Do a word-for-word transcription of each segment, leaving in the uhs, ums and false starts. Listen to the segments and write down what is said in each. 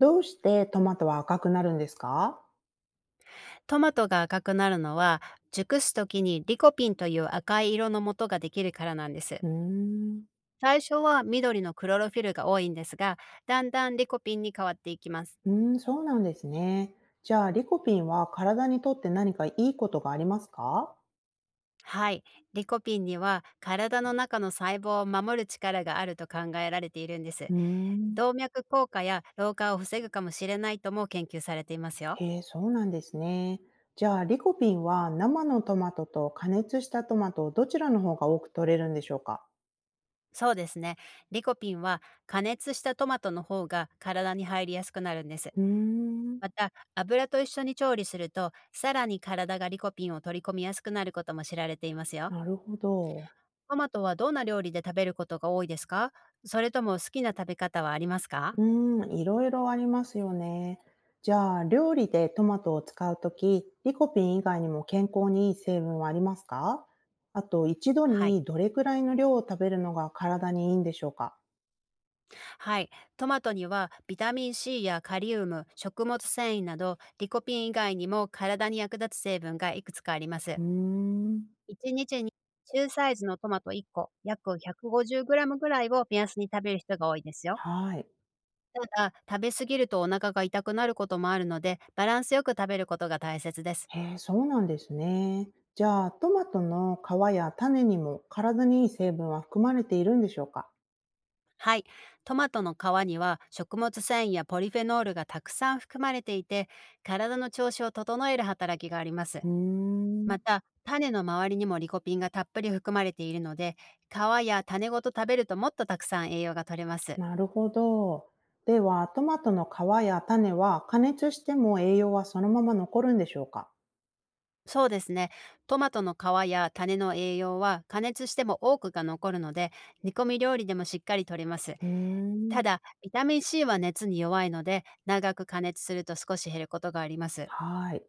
どうしてトマトは赤くなるんですか？トマトが赤くなるのは、熟す時にリコピンという赤い色の素ができるからなんです。うーん。最初は緑のクロロフィルが多いんですが、だんだんリコピンに変わっていきます。うーん、そうなんですね。じゃあ、リコピンは体にとって何かいいことがありますか？はい、リコピンには体の中の細胞を守る力があると考えられているんです。うーん。動脈硬化や老化を防ぐかもしれないとも研究されていますよ。へえ、そうなんですね。じゃあ、リコピンは生のトマトと加熱したトマト、どちらの方が多く取れるんでしょうか？そうですね。リコピンは加熱したトマトの方が体に入りやすくなるんです。うーん。また、油と一緒に調理すると、さらに体がリコピンを取り込みやすくなることも知られていますよ。なるほど。トマトはどんな料理で食べることが多いですか？それとも好きな食べ方はありますか？うーん、いろいろありますよね。じゃあ、料理でトマトを使うとき、リコピン以外にも健康にいい成分はありますか？あと、一度はい。にどれくらいの量を食べるのが体にいいんでしょうか？はい。トマトにはビタミン C やカリウム、食物繊維など、リコピン以外にも体に役立つ成分がいくつかあります。うーん。いちにちにちに中サイズのトマトいっこ、約 ひゃくごじゅうグラム ぐらいを目安に食べる人が多いですよ。はい。ただ、食べ過ぎるとお腹が痛くなることもあるので、バランスよく食べることが大切です。へえ、そうなんですね。じゃあ、トマトの皮や種にも体にいい成分は含まれているんでしょうか？はい。トマトの皮には食物繊維やポリフェノールがたくさん含まれていて、体の調子を整える働きがあります。うーん。また、種の周りにもリコピンがたっぷり含まれているので、皮や種ごと食べるともっとたくさん栄養が取れます。なるほど。では、トマトの皮や種は加熱しても栄養はそのまま残るんでしょうか？そうですね。トマトの皮や種の栄養は加熱しても多くが残るので、煮込み料理でもしっかりとれます。うーたん。だ、ビタミン C は熱に弱いので、長く加熱すると少し減ることがあります。はい。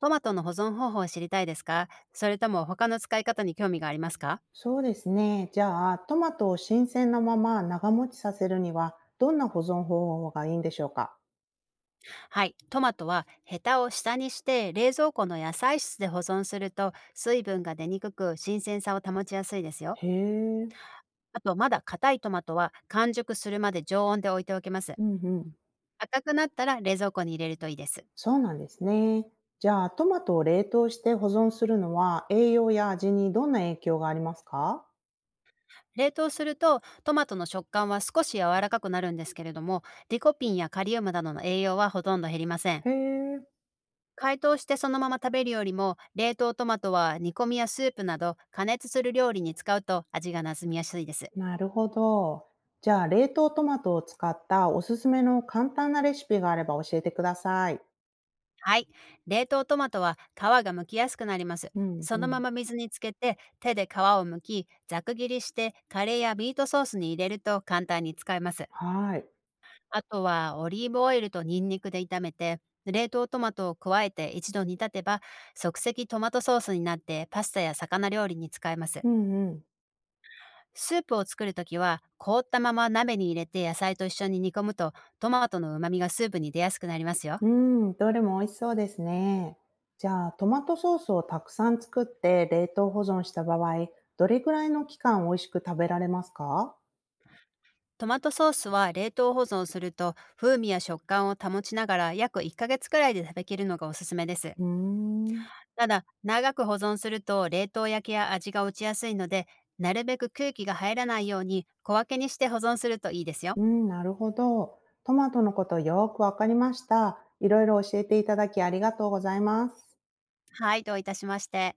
トマトの保存方法を知りたいですか？それとも他の使い方に興味がありますか？そうですね。じゃあ、トマトを新鮮なまま長持ちさせるには、どんな保存方法がいいんでしょうか？はい。トマトはヘタを下にして冷蔵庫の野菜室で保存すると水分が出にくく新鮮さを保ちやすいですよ。へえ。あと、まだ硬いトマトは完熟するまで常温で置いておきます。うんうん。赤くなったら冷蔵庫に入れるといいです。そうなんですね。じゃあ、トマトを冷凍して保存するのは、栄養や味にどんな影響がありますか？冷凍するとトマトの食感は少し柔らかくなるんですけれども、リコピンやカリウムなどの栄養はほとんど減りません。へえ。解凍してそのまま食べるよりも、冷凍トマトは煮込みやスープなど加熱する料理に使うと味がなじみやすいです。なるほど。じゃあ、冷凍トマトを使ったおすすめの簡単なレシピがあれば教えてください。はい。冷凍トマトは皮が剥きやすくなります。うんそうのまん。ま水につけて手で皮を剥き、ざく切りしてカレーやミートソースに入れると簡単に使えます。はい。あとはオリーブオイルとニンニクで炒めて、冷凍トマトを加えて一度煮立てば、即席トマトソースになってパスタや魚料理に使えます。うんうん。スープを作るときは、凍ったまま鍋に入れて野菜と一緒に煮込むと、トマトの旨味がスープに出やすくなりますよ。うん、どれも美味しそうですね。じゃあ、トマトソースをたくさん作って冷凍保存した場合、どれくらいの期間美味しく食べられますか？トマトソースは冷凍保存すると、風味や食感を保ちながら約いっかげつくらいで食べきるのがおすすめです。うーん。ただ、長く保存すると冷凍焼けや味が落ちやすいので、なるべく空気が入らないように小分けにして保存するといいですよ。うん、なるほど。トマトのことよくわかりました。いろいろ教えていただきありがとうございます。はい、どういたしまして。